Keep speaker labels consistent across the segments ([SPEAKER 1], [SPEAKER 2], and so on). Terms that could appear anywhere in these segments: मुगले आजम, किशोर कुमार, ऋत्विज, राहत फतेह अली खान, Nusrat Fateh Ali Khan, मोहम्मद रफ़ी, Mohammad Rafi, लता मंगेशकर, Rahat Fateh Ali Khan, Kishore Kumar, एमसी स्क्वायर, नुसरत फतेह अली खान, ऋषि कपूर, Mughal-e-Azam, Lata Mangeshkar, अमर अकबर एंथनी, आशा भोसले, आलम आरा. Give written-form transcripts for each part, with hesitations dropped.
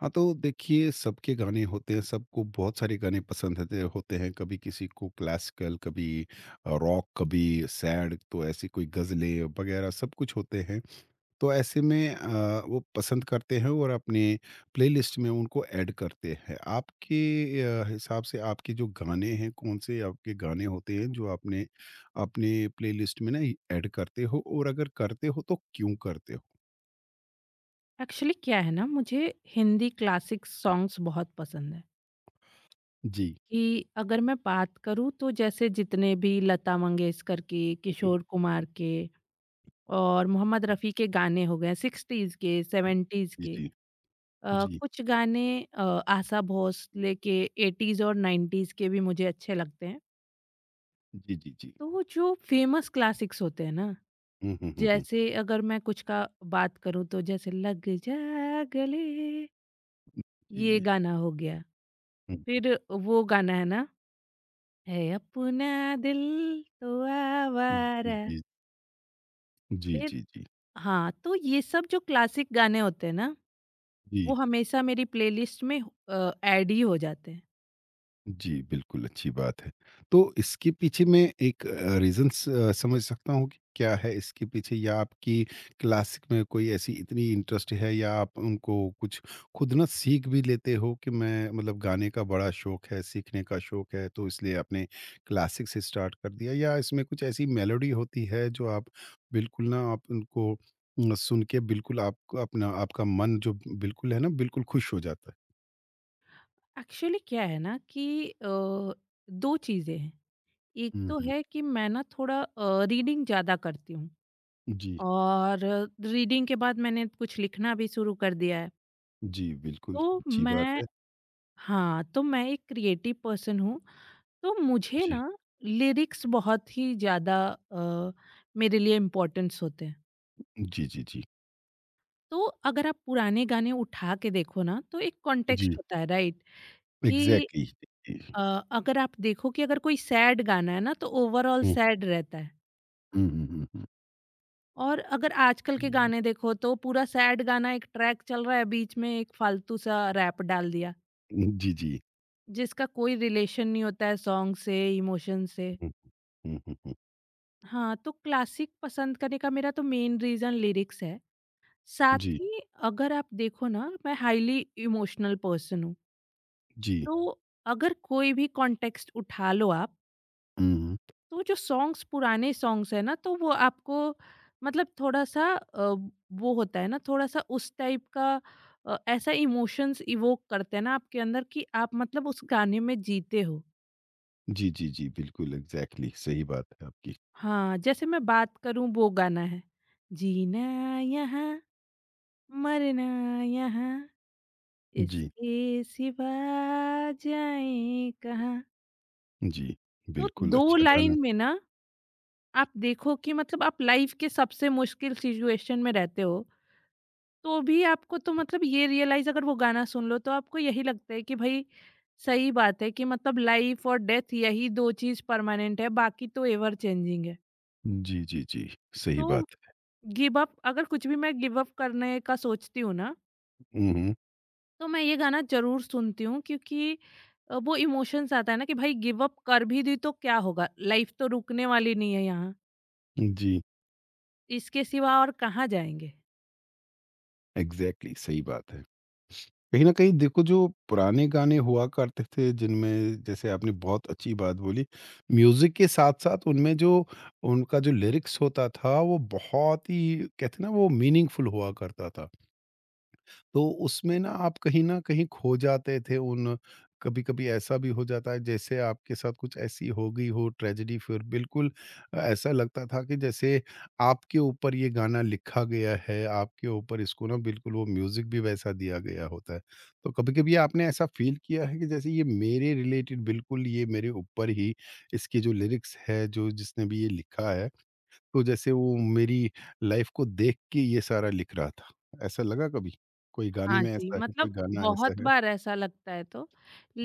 [SPEAKER 1] हाँ, तो देखिए सबके गाने होते हैं, सबको बहुत सारे गाने पसंद होते होते हैं। कभी किसी को क्लासिकल, कभी रॉक, कभी सैड तो ऐसी कोई गज़लें वग़ैरह सब कुछ होते हैं। तो ऐसे में वो पसंद करते हैं और अपने प्लेलिस्ट में उनको ऐड करते हैं। आपके हिसाब से आपके जो गाने हैं, कौन-से आपके गाने होते हैं जो आपने अपने प्लेलिस्ट में ना ऐड करते हो और अगर करते हो तो क्यों करते हो?
[SPEAKER 2] एक्चुअली क्या है ना, मुझे हिंदी क्लासिक सॉन्ग्स बहुत पसंद है।
[SPEAKER 1] जी।
[SPEAKER 2] कि अगर मैं बात करूँ तो जैसे जितने भी लता मंगेशकर के, किशोर कुमार के और मोहम्मद रफ़ी के गाने हो गए 60s के, 70s
[SPEAKER 1] जी,
[SPEAKER 2] के
[SPEAKER 1] जी। जी।
[SPEAKER 2] कुछ गाने अ, आशा भोसले के 80s और 90s के भी मुझे अच्छे लगते हैं।
[SPEAKER 1] जी, जी, जी।
[SPEAKER 2] तो वो जो फ़ेमस क्लासिक्स होते हैं ना,
[SPEAKER 1] हुँ, हुँ, हुँ, हुँ।
[SPEAKER 2] जैसे अगर मैं कुछ का बात करूँ तो जैसे लग जा गले,
[SPEAKER 1] जी,
[SPEAKER 2] ये
[SPEAKER 1] जी।
[SPEAKER 2] गाना हो गया।
[SPEAKER 1] हुँ,
[SPEAKER 2] फिर वो गाना है ना, है अपना दिल तो
[SPEAKER 1] हुँ। जी,
[SPEAKER 2] आवारा।
[SPEAKER 1] जी, जी,
[SPEAKER 2] फिर
[SPEAKER 1] जी, जी।
[SPEAKER 2] हाँ, तो ये सब जो क्लासिक गाने होते हैं ना,
[SPEAKER 1] जी।
[SPEAKER 2] वो हमेशा मेरी प्लेलिस्ट में ऐड ही हो जाते हैं।
[SPEAKER 1] जी, बिल्कुल अच्छी बात है। तो इसके पीछे मैं एक रीज़न्स समझ सकता हूँ कि क्या है इसके पीछे, या आपकी क्लासिक में कोई ऐसी इतनी इंटरेस्ट है, या आप उनको कुछ खुद ना सीख भी लेते हो कि मैं मतलब गाने का बड़ा शौक है, सीखने का शौक है, तो इसलिए आपने क्लासिक से स्टार्ट कर दिया, या इसमें कुछ ऐसी मेलोडी होती है जो आप बिल्कुल ना आप उनको सुन के बिल्कुल आपको अपना आपका मन जो बिल्कुल है ना बिल्कुल खुश हो जाता है?
[SPEAKER 2] एक्चुअली क्या है ना कि अ, 2 चीज़ें हैं। एक
[SPEAKER 1] हुँ,
[SPEAKER 2] तो
[SPEAKER 1] हुँ।
[SPEAKER 2] है कि मैं ना थोड़ा रीडिंग ज़्यादा करती हूँ
[SPEAKER 1] जी।
[SPEAKER 2] और रीडिंग के बाद मैंने कुछ लिखना भी शुरू कर दिया है।
[SPEAKER 1] जी, बिल्कुल,
[SPEAKER 2] तो
[SPEAKER 1] अच्छी बात
[SPEAKER 2] मैं
[SPEAKER 1] है।
[SPEAKER 2] हाँ, तो मैं एक क्रिएटिव पर्सन हूँ, तो मुझे
[SPEAKER 1] जी।
[SPEAKER 2] ना लिरिक्स बहुत ही ज़्यादा अ, मेरे लिए इम्पोर्टेंस होते हैं।
[SPEAKER 1] जी, जी, जी।
[SPEAKER 2] तो अगर आप पुराने गाने उठा के देखो ना तो एक
[SPEAKER 1] जी,
[SPEAKER 2] कॉन्टेक्स्ट होता है राइट? कि
[SPEAKER 1] एग्ज़ैक्टली। जी,
[SPEAKER 2] अ, अगर आप देखो कि अगर कोई सैड गाना है ना तो ओवरऑल
[SPEAKER 1] हुँ,
[SPEAKER 2] सैड रहता है,
[SPEAKER 1] हुँ, हुँ, हुँ, हुँ,
[SPEAKER 2] और अगर आजकल के
[SPEAKER 1] हुँ।
[SPEAKER 2] गाने देखो तो पूरा सैड गाना एक ट्रैक चल रहा है, बीच में एक फालतू सा रैप डाल दिया,
[SPEAKER 1] हुँ, जी, जी।
[SPEAKER 2] जिसका कोई रिलेशन नहीं होता है सॉन्ग से, इमोशन से।
[SPEAKER 1] हुँ, हुँ, हुँ, हुँ।
[SPEAKER 2] हाँ, तो क्लासिक पसंद करने का मेरा तो मेन रीज़न लिरिक्स है। साथ
[SPEAKER 1] जी,
[SPEAKER 2] ही अगर आप देखो ना, मैं हाईली इमोशनल पर्सन हूँ।
[SPEAKER 1] जी।
[SPEAKER 2] तो अगर कोई भी कॉन्टेक्स्ट उठा लो आप,
[SPEAKER 1] हुँ, हुँ।
[SPEAKER 2] तो जो सॉन्ग्स पुराने सॉन्ग्स है ना तो वो आपको मतलब थोड़ा सा वो होता है ना थोड़ा सा उस टाइप का ऐसा इमोशंस इवोक करते हैं ना आपके अंदर कि आप मतलब उस गाने में जीते हो।
[SPEAKER 1] जी, जी, जी, बिल्कुल एग्ज़ैक्टली सही बात है आपकी।
[SPEAKER 2] हाँ, जैसे मैं बात करूँ वो गाना है, जीना यहाँ मरना यहाँ
[SPEAKER 1] जी,
[SPEAKER 2] इसके सिवा जाएँ कहाँ?
[SPEAKER 1] जी,
[SPEAKER 2] तो
[SPEAKER 1] बिल्कुल
[SPEAKER 2] 2
[SPEAKER 1] अच्छा गाना।
[SPEAKER 2] लाइन में ना आप देखो कि मतलब आप लाइफ़ के सबसे मुश्किल सिचुएशन में रहते हो, तो भी आपको तो मतलब ये रियलाइज़, अगर वो गाना सुन लो तो आपको यही लगता है कि भई सही बात है कि मतलब लाइफ़ और डेथ यही 2 चीज़ परमानेंट है, बाकी तो एवर चेंजिंग है।
[SPEAKER 1] जी, जी, जी, सही
[SPEAKER 2] तो
[SPEAKER 1] बात है।
[SPEAKER 2] गिव अप, अगर कुछ भी मैं गिव अप करने का सोचती हूँ ना
[SPEAKER 1] हुँ, हुँ।
[SPEAKER 2] तो मैं ये गाना ज़रूर सुनती हूँ, क्योंकि वो इमोशंस आता है ना कि भाई गिव अप कर भी दी तो क्या होगा? लाइफ तो रुकने वाली नहीं है यहाँ,
[SPEAKER 1] जी,
[SPEAKER 2] इसके सिवा और कहाँ जाएँगे?
[SPEAKER 1] एग्ज़ैक्टली सही बात है। कहीं न कहीं देखो जो पुराने गाने हुआ करते थे जिनमें, जैसे आपने बहुत अच्छी बात बोली, म्यूज़िक के साथ-साथ उनमें जो उनका जो लिरिक्स होता था वो बहुत ही कहते हैं ना वो मीनिंगफुल हुआ करता था। तो उसमें ना आप कहीं न कहीं खो जाते थे उन। कभी-कभी ऐसा भी हो जाता है जैसे आपके साथ कुछ ऐसी हो गई हो ट्रेजेडी, फिर बिल्कुल ऐसा लगता था कि जैसे आपके ऊपर ये गाना लिखा गया है, आपके ऊपर इसको ना बिल्कुल वो म्यूज़िक भी वैसा दिया गया होता है। तो कभी-कभी आपने ऐसा फ़ील किया है कि जैसे ये मेरे रिलेटेड, बिल्कुल ये मेरे ऊपर ही इसकी जो लिरिक्स है, जो जिसने भी ये लिखा है तो जैसे वो मेरी लाइफ को देख के ये सारा लिख रहा था। ऐसा लगा कभी? कोई गाने
[SPEAKER 2] हाँ
[SPEAKER 1] में
[SPEAKER 2] जी,
[SPEAKER 1] ऐसा है, कोई
[SPEAKER 2] मतलब
[SPEAKER 1] गाना
[SPEAKER 2] बहुत
[SPEAKER 1] ऐसा है?
[SPEAKER 2] बार ऐसा लगता है तो,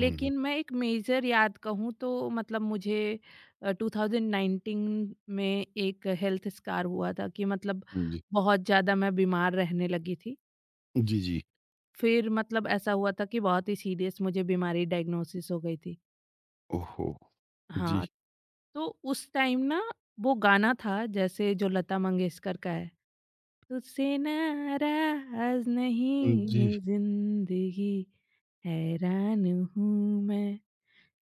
[SPEAKER 1] हुँ, हुँ।
[SPEAKER 2] मैं एक मेजर याद कहूँ तो मतलब मुझे 2019 में एक हेल्थ स्कार हुआ था कि मतलब
[SPEAKER 1] जी।
[SPEAKER 2] बहुत ज़्यादा मैं बीमार रहने लगी थी।
[SPEAKER 1] जी, जी।
[SPEAKER 2] फिर मतलब ऐसा हुआ था कि बहुत ही सीरियस मुझे बीमारी डायग्नोसिस हो गई थी।
[SPEAKER 1] ओहो! जी।
[SPEAKER 2] हाँ, तो उस टाइम ना वो गाना था जैसे जो लता मंगेशकर का है, तुझसे नाराज
[SPEAKER 1] जी।
[SPEAKER 2] नहीं जिंदगी हैरान हूँ मैं,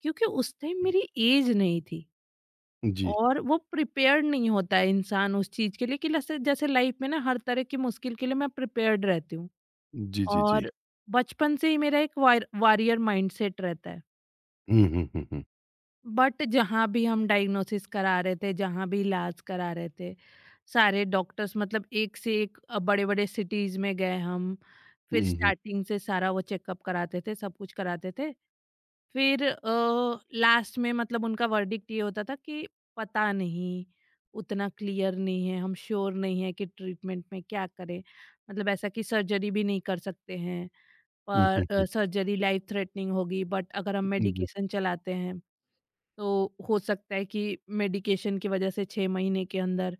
[SPEAKER 2] क्योंकि उस टाइम मेरी एज नहीं थी
[SPEAKER 1] जी।
[SPEAKER 2] और वो प्रिपेयर्ड नहीं होता है इंसान उस चीज के लिए कि जैसे लाइफ में ना हर तरह की मुश्किल के लिए मैं प्रिपेयर्ड रहती हूँ
[SPEAKER 1] जी, जी, जी।
[SPEAKER 2] और बचपन से ही मेरा एक वारियर माइंडसेट रहता है।
[SPEAKER 1] हुँ, हुँ, हुँ, हुँ।
[SPEAKER 2] बट जहाँ भी हम डायग्नोसिस करा रहे थे, जहाँ भी इलाज करा रहे थे, सारे डॉक्टर्स मतलब एक से एक बड़े-बड़े सिटीज़ में गए हम। फिर
[SPEAKER 1] हुँ, हुँ।
[SPEAKER 2] स्टार्टिंग से सारा वो चेकअप कराते थे, सब कुछ कराते थे। फिर लास्ट में मतलब उनका वर्डिक्ट ये होता था कि पता नहीं, उतना क्लियर नहीं है, हम श्योर नहीं है कि ट्रीटमेंट में क्या करें। मतलब ऐसा कि सर्जरी भी नहीं कर सकते हैं,
[SPEAKER 1] हुँ,
[SPEAKER 2] पर
[SPEAKER 1] हुँ, हुँ।
[SPEAKER 2] सर्जरी लाइफ थ्रेटनिंग होगी, बट अगर हम
[SPEAKER 1] जी।
[SPEAKER 2] मेडिकेशन चलाते हैं तो हो सकता है कि मेडिकेशन की वजह से 6 महीने के अंदर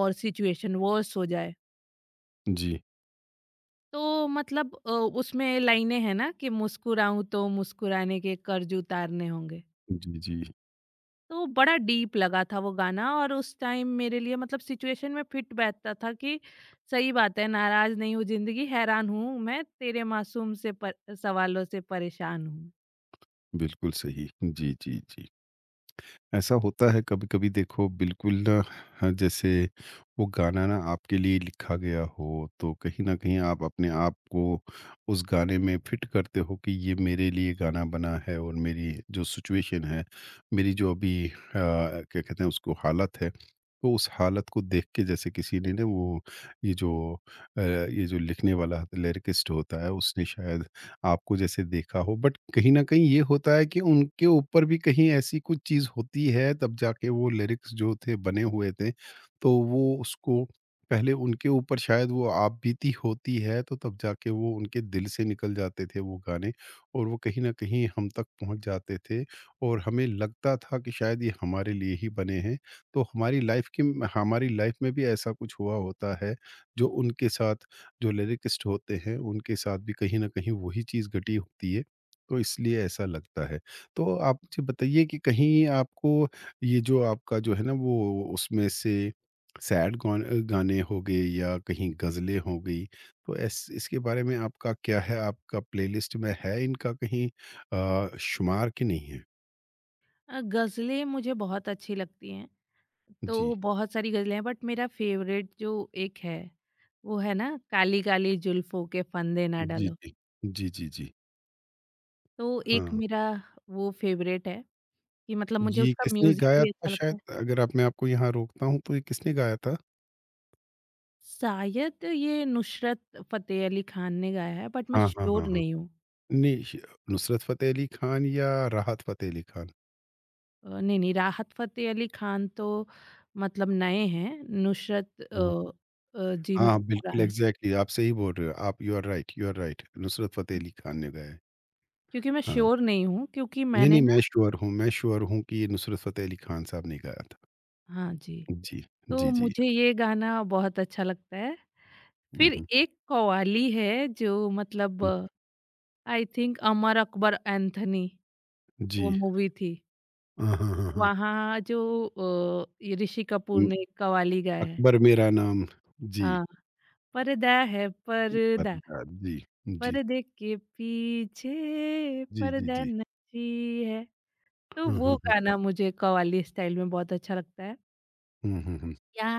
[SPEAKER 2] और सिचुएशन वर्स हो जाए।
[SPEAKER 1] जी।
[SPEAKER 2] तो मतलब उसमें लाइनें हैं ना कि मुस्कुराऊँ तो मुस्कुराने के कर्ज उतारने होंगे।
[SPEAKER 1] जी, जी।
[SPEAKER 2] तो बड़ा डीप लगा था वो गाना और उस टाइम मेरे लिए मतलब सिचुएशन में फिट बैठता था कि सही बात है, नाराज़ नहीं हूँ ज़िंदगी, हैरान हूँ मैं तेरे मासूम से पर सवालों से परेशान हूँ।
[SPEAKER 1] बिल्कुल सही। जी, जी, जी। ऐसा होता है कभी-कभी देखो बिल्कुल ना, हाँ, जैसे वो गाना ना आपके लिए लिखा गया हो, तो कहीं न कहीं आप अपने आप को उस गाने में फिट करते हो कि ये मेरे लिए गाना बना है, और मेरी जो सिचुएशन है, मेरी जो अभी क्या कहते हैं उसको, हालत है, तो उस हालत को देख के जैसे किसी ने ना वो ये जो ये जो लिखने वाला लिरिकिस्ट होता है उसने शायद आपको जैसे देखा हो, बट कहीं न कहीं ये होता है कि उनके ऊपर भी कहीं ऐसी कुछ चीज़ होती है तब जाके वो लिरिक्स जो थे बने हुए थे, तो वो उसको पहले उनके ऊपर शायद वो आपबीती होती है, तो तब जाके वो उनके दिल से निकल जाते थे वो गाने, और वो कहीं न कहीं हम तक पहुँच जाते थे और हमें लगता था कि शायद ये हमारे लिए ही बने हैं। तो हमारी लाइफ़ की, हमारी लाइफ़ में भी ऐसा कुछ हुआ होता है, जो उनके साथ, जो लिरिकिस्ट होते हैं, उनके साथ भी कहीं न कहीं वही चीज़ घटी होती है, तो इसलिए ऐसा लगता है। तो आप मुझे बताइए कि कहीं आपको ये जो आपका जो है ना वो उसमें से गाने हो गए या कहीं गज़लें हो गई, तो ऐस इसके बारे में आपका क्या है? आपका प्लेलिस्ट में है इनका कहीं शुमार कि नहीं है?
[SPEAKER 2] गज़लें मुझे बहुत अच्छी लगती हैं।
[SPEAKER 1] जी।
[SPEAKER 2] तो बहुत सारी गज़लें हैं बट मेरा फेवरेट जो एक है वो है ना, काली काली जुल्फों के फंदे ना
[SPEAKER 1] जी,
[SPEAKER 2] डालो।
[SPEAKER 1] जी। जी, जी, जी।
[SPEAKER 2] तो एक
[SPEAKER 1] हाँ,
[SPEAKER 2] मेरा वो फेवरेट है कि मतलब मुझे
[SPEAKER 1] ये
[SPEAKER 2] उसका
[SPEAKER 1] किसने
[SPEAKER 2] म्यूजिक
[SPEAKER 1] गाया
[SPEAKER 2] भी
[SPEAKER 1] था?
[SPEAKER 2] अच्छा लगता
[SPEAKER 1] शायद,
[SPEAKER 2] है।
[SPEAKER 1] अगर आप मैं आपको यहाँ रोकता हूँ, तो ये किसने गाया था?
[SPEAKER 2] शायद ये नुसरत फतेह अली खान ने गाया है बट मैं
[SPEAKER 1] हाँ, हाँ, हाँ,
[SPEAKER 2] श्योर
[SPEAKER 1] हाँ।
[SPEAKER 2] नहीं हूँ।
[SPEAKER 1] नहीं, श नुसरत फ़तेह अली खान या राहत फ़तेह अली खान?
[SPEAKER 2] नहीं नहीं, राहत फतेह अली खान तो मतलब नए हैं, नुसरत
[SPEAKER 1] हुँ।
[SPEAKER 2] जी
[SPEAKER 1] हाँ,
[SPEAKER 2] मतलब
[SPEAKER 1] बिल्कुल
[SPEAKER 2] पुराने।
[SPEAKER 1] एग्ज़ैक्टली आप सही बोल रहे हो। आप you are right, you are right. Nusrat Fateh Ali Khan ने गाया है।
[SPEAKER 2] क्योंकि मैं
[SPEAKER 1] हाँ।
[SPEAKER 2] श्योर नहीं हूँ, क्योंकि
[SPEAKER 1] नहीं, नहीं,
[SPEAKER 2] मैंने
[SPEAKER 1] मैं
[SPEAKER 2] ना
[SPEAKER 1] श्योर हूँ, मैं श्योर हूँ कि ये नुसरत फ़तेह अली खान साहब ने गाया था।
[SPEAKER 2] हाँ जी,
[SPEAKER 1] जी, जी,
[SPEAKER 2] तो
[SPEAKER 1] जी।
[SPEAKER 2] मुझे ये गाना बहुत अच्छा लगता है।
[SPEAKER 1] हुँ,
[SPEAKER 2] फिर
[SPEAKER 1] हुँ।
[SPEAKER 2] एक कव्वाली है जो मतलब
[SPEAKER 1] जी,
[SPEAKER 2] आई थिंक अमर अकबर एंथनी वो
[SPEAKER 1] जी।
[SPEAKER 2] मूवी थी,
[SPEAKER 1] हाँ, हाँ, हाँ, हाँ।
[SPEAKER 2] वहाँ जो ये ऋषि कपूर
[SPEAKER 1] हुँ,
[SPEAKER 2] ने एक कव्वाली गाया है,
[SPEAKER 1] अकबर मेरा नाम। जी,
[SPEAKER 2] हाँ, पर्दा है पर्दा,
[SPEAKER 1] बंदा जी, जी।
[SPEAKER 2] पर्दे के पीछे
[SPEAKER 1] जी, जी,
[SPEAKER 2] पर्दा
[SPEAKER 1] जी।
[SPEAKER 2] नची है। तो
[SPEAKER 1] हाँ,
[SPEAKER 2] वो
[SPEAKER 1] हाँ, हाँ।
[SPEAKER 2] गाना मुझे कव्वाली स्टाइल में बहुत अच्छा लगता है।
[SPEAKER 1] हुँ, हुँ, हुँ।
[SPEAKER 2] या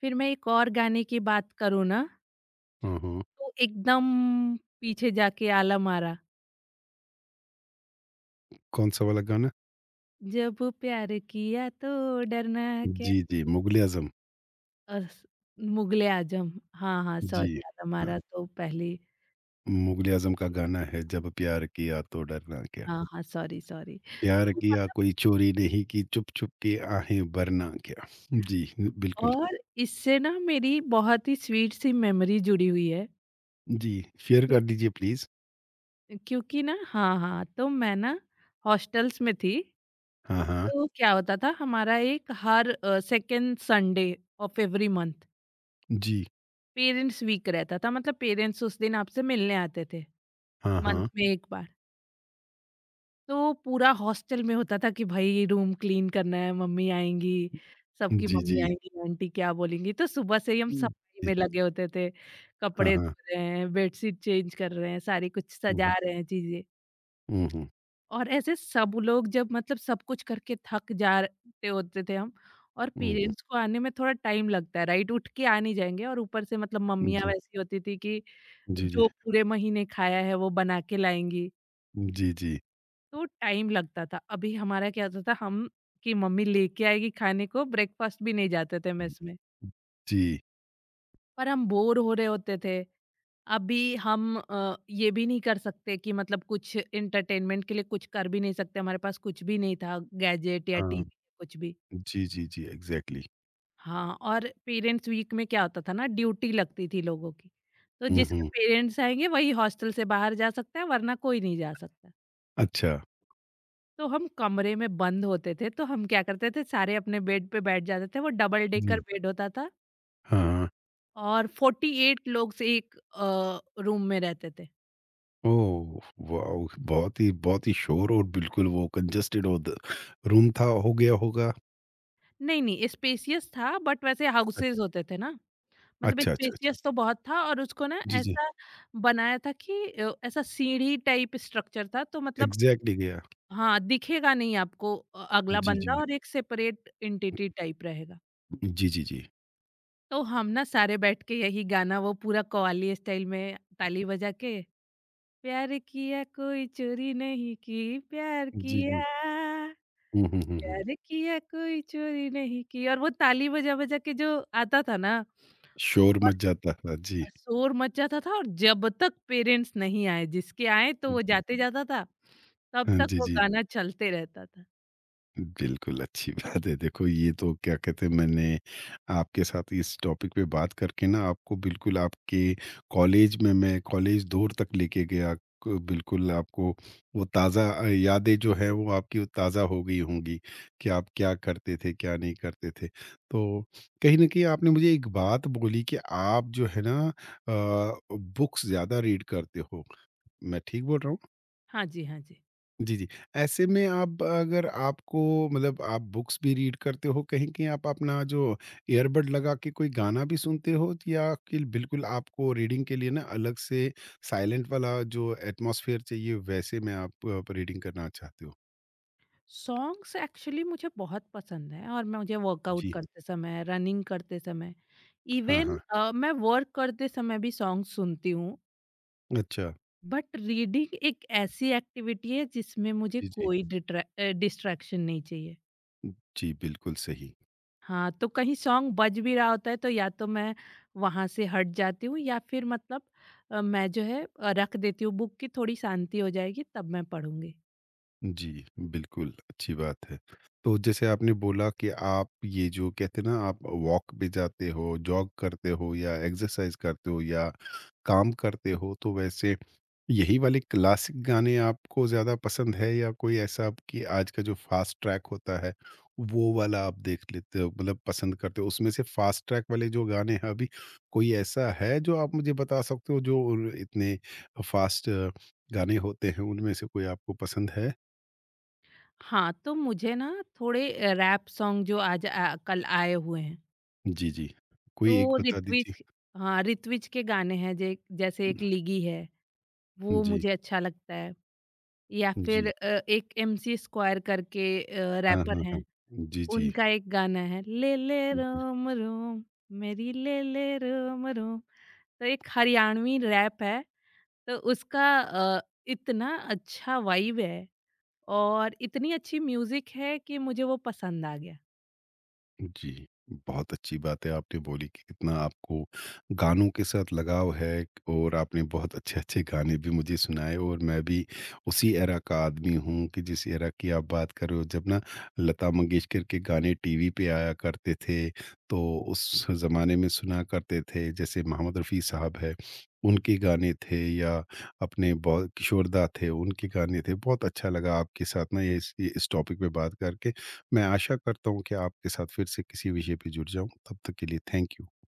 [SPEAKER 2] फिर मैं एक और गाने की बात करूँ ना,
[SPEAKER 1] हाँ, हाँ।
[SPEAKER 2] तो एकदम पीछे जाके आलम आरा,
[SPEAKER 1] कौन-सा वाला गाना?
[SPEAKER 2] जब प्यार किया तो डरना क्या।
[SPEAKER 1] जी, जी, मुग़ल-ए-आज़म।
[SPEAKER 2] अस- मुगले आजम। हाँ हाँ,
[SPEAKER 1] जी।
[SPEAKER 2] सॉरी यार,
[SPEAKER 1] हाँ।
[SPEAKER 2] हमारा तो पहले
[SPEAKER 1] मुगल आजम का गाना है, जब प्यार किया तो डरना क्या,
[SPEAKER 2] हाँ हाँ, सॉरी सॉरी।
[SPEAKER 1] प्यार
[SPEAKER 2] तो
[SPEAKER 1] किया
[SPEAKER 2] मतलब,
[SPEAKER 1] कोई चोरी नहीं की, चुप चुप के आहें भरना क्या। जी, बिल्कुल।
[SPEAKER 2] और इससे ना मेरी बहुत ही स्वीट सी मेमोरी जुड़ी हुई है।
[SPEAKER 1] जी, शेयर
[SPEAKER 2] क्यों?
[SPEAKER 1] कर दीजिए प्लीज
[SPEAKER 2] क्योंकि ना, हाँ हाँ, तो मैं ना हॉस्टल्स में थी।
[SPEAKER 1] हाँ, हाँ।
[SPEAKER 2] तो क्या होता था, हमारा एक हर second Sunday off every month
[SPEAKER 1] जी,
[SPEAKER 2] पेरेंट्स वीक रहता था, मतलब पेरेंट्स उस दिन आपसे मिलने आते थे
[SPEAKER 1] हाँ,
[SPEAKER 2] मंथ
[SPEAKER 1] हाँ।
[SPEAKER 2] में एक बार। तो पूरा हॉस्टल में होता था कि भाई रूम क्लीन करना है, मम्मी आएँगी, सबकी
[SPEAKER 1] जी, जी।
[SPEAKER 2] मम्मी आएँगी, आंटी क्या बोलेंगी, तो सुबह से ही हम
[SPEAKER 1] हम्म,
[SPEAKER 2] सफाई
[SPEAKER 1] जी,
[SPEAKER 2] में लगे होते थे।
[SPEAKER 1] हाँ,
[SPEAKER 2] कपड़े
[SPEAKER 1] हाँ।
[SPEAKER 2] धो रहे हैं, बेडशीट चेंज कर रहे हैं, सारी कुछ सजा
[SPEAKER 1] हम्म,
[SPEAKER 2] रहे हैं चीज़ें।
[SPEAKER 1] हम्म,
[SPEAKER 2] और ऐसे सब लोग जब मतलब सब कुछ करके थक जाते होते थे हम, और
[SPEAKER 1] हम्म, हम्म।
[SPEAKER 2] पेरेंट्स को आने में थोड़ा टाइम लगता है, राइट? उठ के आ नहीं जाएँगे, और ऊपर से मतलब मम्मियाँ
[SPEAKER 1] जी,
[SPEAKER 2] वैसी होती थी कि
[SPEAKER 1] जी, जी,
[SPEAKER 2] जो पूरे महीने खाया है, वो बना के लाएँगी।
[SPEAKER 1] जी, जी,
[SPEAKER 2] तो टाइम लगता था। अभी हमारा क्या होता था, हम कि मम्मी लेके आएगी खाने को, ब्रेकफ़ास्ट भी नहीं जाते थे मेस में।
[SPEAKER 1] जी।
[SPEAKER 2] पर हम बोर हो रहे होते थे। अभी हम ये भी नहीं कर सकते कि मतलब कुछ एंटरटेनमेंट के लिए कुछ कर भी नहीं सकते, हमारे पास कुछ भी नहीं था गैजेट या
[SPEAKER 1] हाँ।
[SPEAKER 2] टीवी कुछ भी।
[SPEAKER 1] जी, जी, जी, एग्जैक्टली।
[SPEAKER 2] हाँ, और पेरेंट्स वीक में क्या होता था ना, ड्यूटी लगती थी लोगों की। तो
[SPEAKER 1] हम्म,
[SPEAKER 2] जिसके पेरेंट्स आएँगे वही हॉस्टल से बाहर जा सकता है, वरना कोई नहीं जा सकता।
[SPEAKER 1] अच्छा।
[SPEAKER 2] तो हम कमरे में बंद होते थे, तो हम क्या करते थे, सारे अपने बेड पे बैठ जाते थे, वो डबल डेकर
[SPEAKER 1] जी।
[SPEAKER 2] बेड होता था
[SPEAKER 1] हाँ।
[SPEAKER 2] और 48 लोग से एक रूम में रहते थे।
[SPEAKER 1] ओह! वॉव! बहुत ही, बहुत ही शोर और बिल्कुल वो कंजस्टेड हो, द रूम था, हो गया होगा।
[SPEAKER 2] नहीं, नहीं स्पेशियस था बट वैसे
[SPEAKER 1] अच्छा।
[SPEAKER 2] हाउसेस होते थे ना, मतलब
[SPEAKER 1] अच्छा, अच्छा, अच्छा।
[SPEAKER 2] स्पेशियस तो बहुत था और उसको ना
[SPEAKER 1] जी, जी।
[SPEAKER 2] ऐसा बनाया था कि ऐसा सीढ़ी टाइप स्ट्रक्चर था, तो मतलब
[SPEAKER 1] एग्ज़ैक्टली गया।
[SPEAKER 2] हाँ, दिखेगा नहीं आपको अगला
[SPEAKER 1] जी, जी।
[SPEAKER 2] बंदा और एक सेपरेट एंटिटी टाइप रहेगा।
[SPEAKER 1] जी, जी, जी।
[SPEAKER 2] तो हम ना सारे बैठ के यही गाना वो पूरा कव्वाली स्टाइल में ताली बजा के, प्यार किया कोई चोरी नहीं की, प्यार
[SPEAKER 1] जी, जी।
[SPEAKER 2] किया,
[SPEAKER 1] हुँ, हुँ, हुँ, हुँ।
[SPEAKER 2] प्यार किया कोई चोरी नहीं की, और वो ताली बजा बजा के जो आता था ना,
[SPEAKER 1] शोर
[SPEAKER 2] और
[SPEAKER 1] मच जाता था। जी।
[SPEAKER 2] शोर मच जाता था और जब तक पेरेंट्स नहीं आए जिसके आए तो वो
[SPEAKER 1] जी।
[SPEAKER 2] जाते जाता था, तब
[SPEAKER 1] हाँ,
[SPEAKER 2] तक
[SPEAKER 1] जी,
[SPEAKER 2] वो
[SPEAKER 1] जी।
[SPEAKER 2] गाना चलते रहता था।
[SPEAKER 1] बिल्कुल, अच्छी बात है। देखो, ये तो क्या कहते हैं, मैंने आपके साथ इस टॉपिक पे बात करके ना आपको बिल्कुल आपके कॉलेज में मैं कॉलेज दौर तक लेके गया। क बिल्कुल आपको वो ताज़ा यादें जो है वो आपकी वो ताज़ा हो गई होंगी, कि आप क्या करते थे, क्या नहीं करते थे। तो कहीं न कहीं आपने मुझे एक बात बोली कि आप जो है ना अ, बुक्स ज़्यादा रीड करते हो। मैं ठीक बोल रहा हूँ?
[SPEAKER 2] हाँ जी, हाँ जी,
[SPEAKER 1] जी, जी। ऐसे में आप, अगर आपको मतलब आप बुक्स भी रीड करते हो, कहीं-कहीं आप अपना जो ईयरबड लगा के कोई गाना भी सुनते हो तो, या कि बिल्कुल आपको रीडिंग के लिए ना अलग से साइलेंट वाला जो एटमॉस्फेयर चाहिए वैसे में आप रीडिंग करना चाहते हो?
[SPEAKER 2] सॉन्ग्स एक्चुअली मुझे बहुत पसंद है और मैं मुझे वर्कआउट
[SPEAKER 1] जी।
[SPEAKER 2] करते समय, रनिंग करते समय,
[SPEAKER 1] हाँ,
[SPEAKER 2] इवन
[SPEAKER 1] हाँ।
[SPEAKER 2] मैं वर्क करते समय भी सॉन्ग सुनती हूँ।
[SPEAKER 1] अच्छा।
[SPEAKER 2] बट रीडिंग एक ऐसी एक्टिविटी है जिसमें मुझे
[SPEAKER 1] जी, जी।
[SPEAKER 2] कोई डिस्ट्रैक्शन नहीं चाहिए।
[SPEAKER 1] जी, बिल्कुल सही।
[SPEAKER 2] हाँ, तो कहीं सॉन्ग बज भी रहा होता है तो या तो मैं वहां से हट जाती हूँ या फिर मतलब मैं जो है रख देती हूँ बुक की, थोड़ी शांति हो जाएगी तब मैं पढ़ूंगी।
[SPEAKER 1] जी, बिल्कुल, अच्छी बात है। तो जैसे आपने बोला कि आप ये जो कहते हैं ना आप वॉक पे जाते हो, जॉग करते हो या एक्सरसाइज़ करते हो या काम करते हो, तो वैसे यही वाले क्लासिक गाने आपको ज़्यादा पसंद है, या कोई ऐसा कि आज का जो फ़ास्ट ट्रैक होता है, वो वाला आप देख लेते हो मतलब पसंद करते हो? उसमें से फ़ास्ट ट्रैक वाले जो गाने हैं अभी, कोई ऐसा है जो आप मुझे बता सकते हो जो उर इतने फ़ास्ट गाने होते हैं, उनमें से कोई आपको पसंद है?
[SPEAKER 2] हाँ, तो मुझे ना थोड़े रैप सॉन्ग जो आज कल आए हुए हैं,
[SPEAKER 1] जी, जी। कोई एक
[SPEAKER 2] तो
[SPEAKER 1] बता दीजिए।
[SPEAKER 2] ऋत्विज, हाँ ऋत्विज के गाने हैं, जे जैसे एक लिगी है वो
[SPEAKER 1] जी,
[SPEAKER 2] मुझे अच्छा लगता है। या
[SPEAKER 1] जी।
[SPEAKER 2] फिर एक एमसी स्क्वायर करके
[SPEAKER 1] हाँ, हाँ,
[SPEAKER 2] रैपर
[SPEAKER 1] हाँ।
[SPEAKER 2] हैं,
[SPEAKER 1] जी, जी।
[SPEAKER 2] उनका एक गाना है, ले ले रोम रोम, मेरी ले ले रोम रोम। तो एक हरियाणवी रैप है, तो उसका इतना अच्छा वाइब है और इतनी अच्छी म्यूजिक है कि मुझे वो पसंद आ गया।
[SPEAKER 1] जी, बहुत अच्छी बात है आपने बोली कि कितना आपको गानों के साथ लगाव है, और आपने बहुत अच्छे-अच्छे गाने भी मुझे सुनाए। और मैं भी उसी एरा का आदमी हूँ कि जिस एरा की आप बात कर रहे हो। जब ना लता मंगेशकर के गाने टीवी पे आया करते थे, तो उस ज़माने में सुना करते थे। जैसे मोहम्मद रफ़ी साहब हैं, उनके गाने थे, या अपने बहुत किशोर दा थे, उनके गाने थे। बहुत अच्छा लगा आपके साथ ना ये इस टॉपिक पे बात करके। मैं आशा करता हूँ कि आपके साथ फिर से किसी विषय पे जुड़ जाऊँ। तब तक के लिए थैंक यू।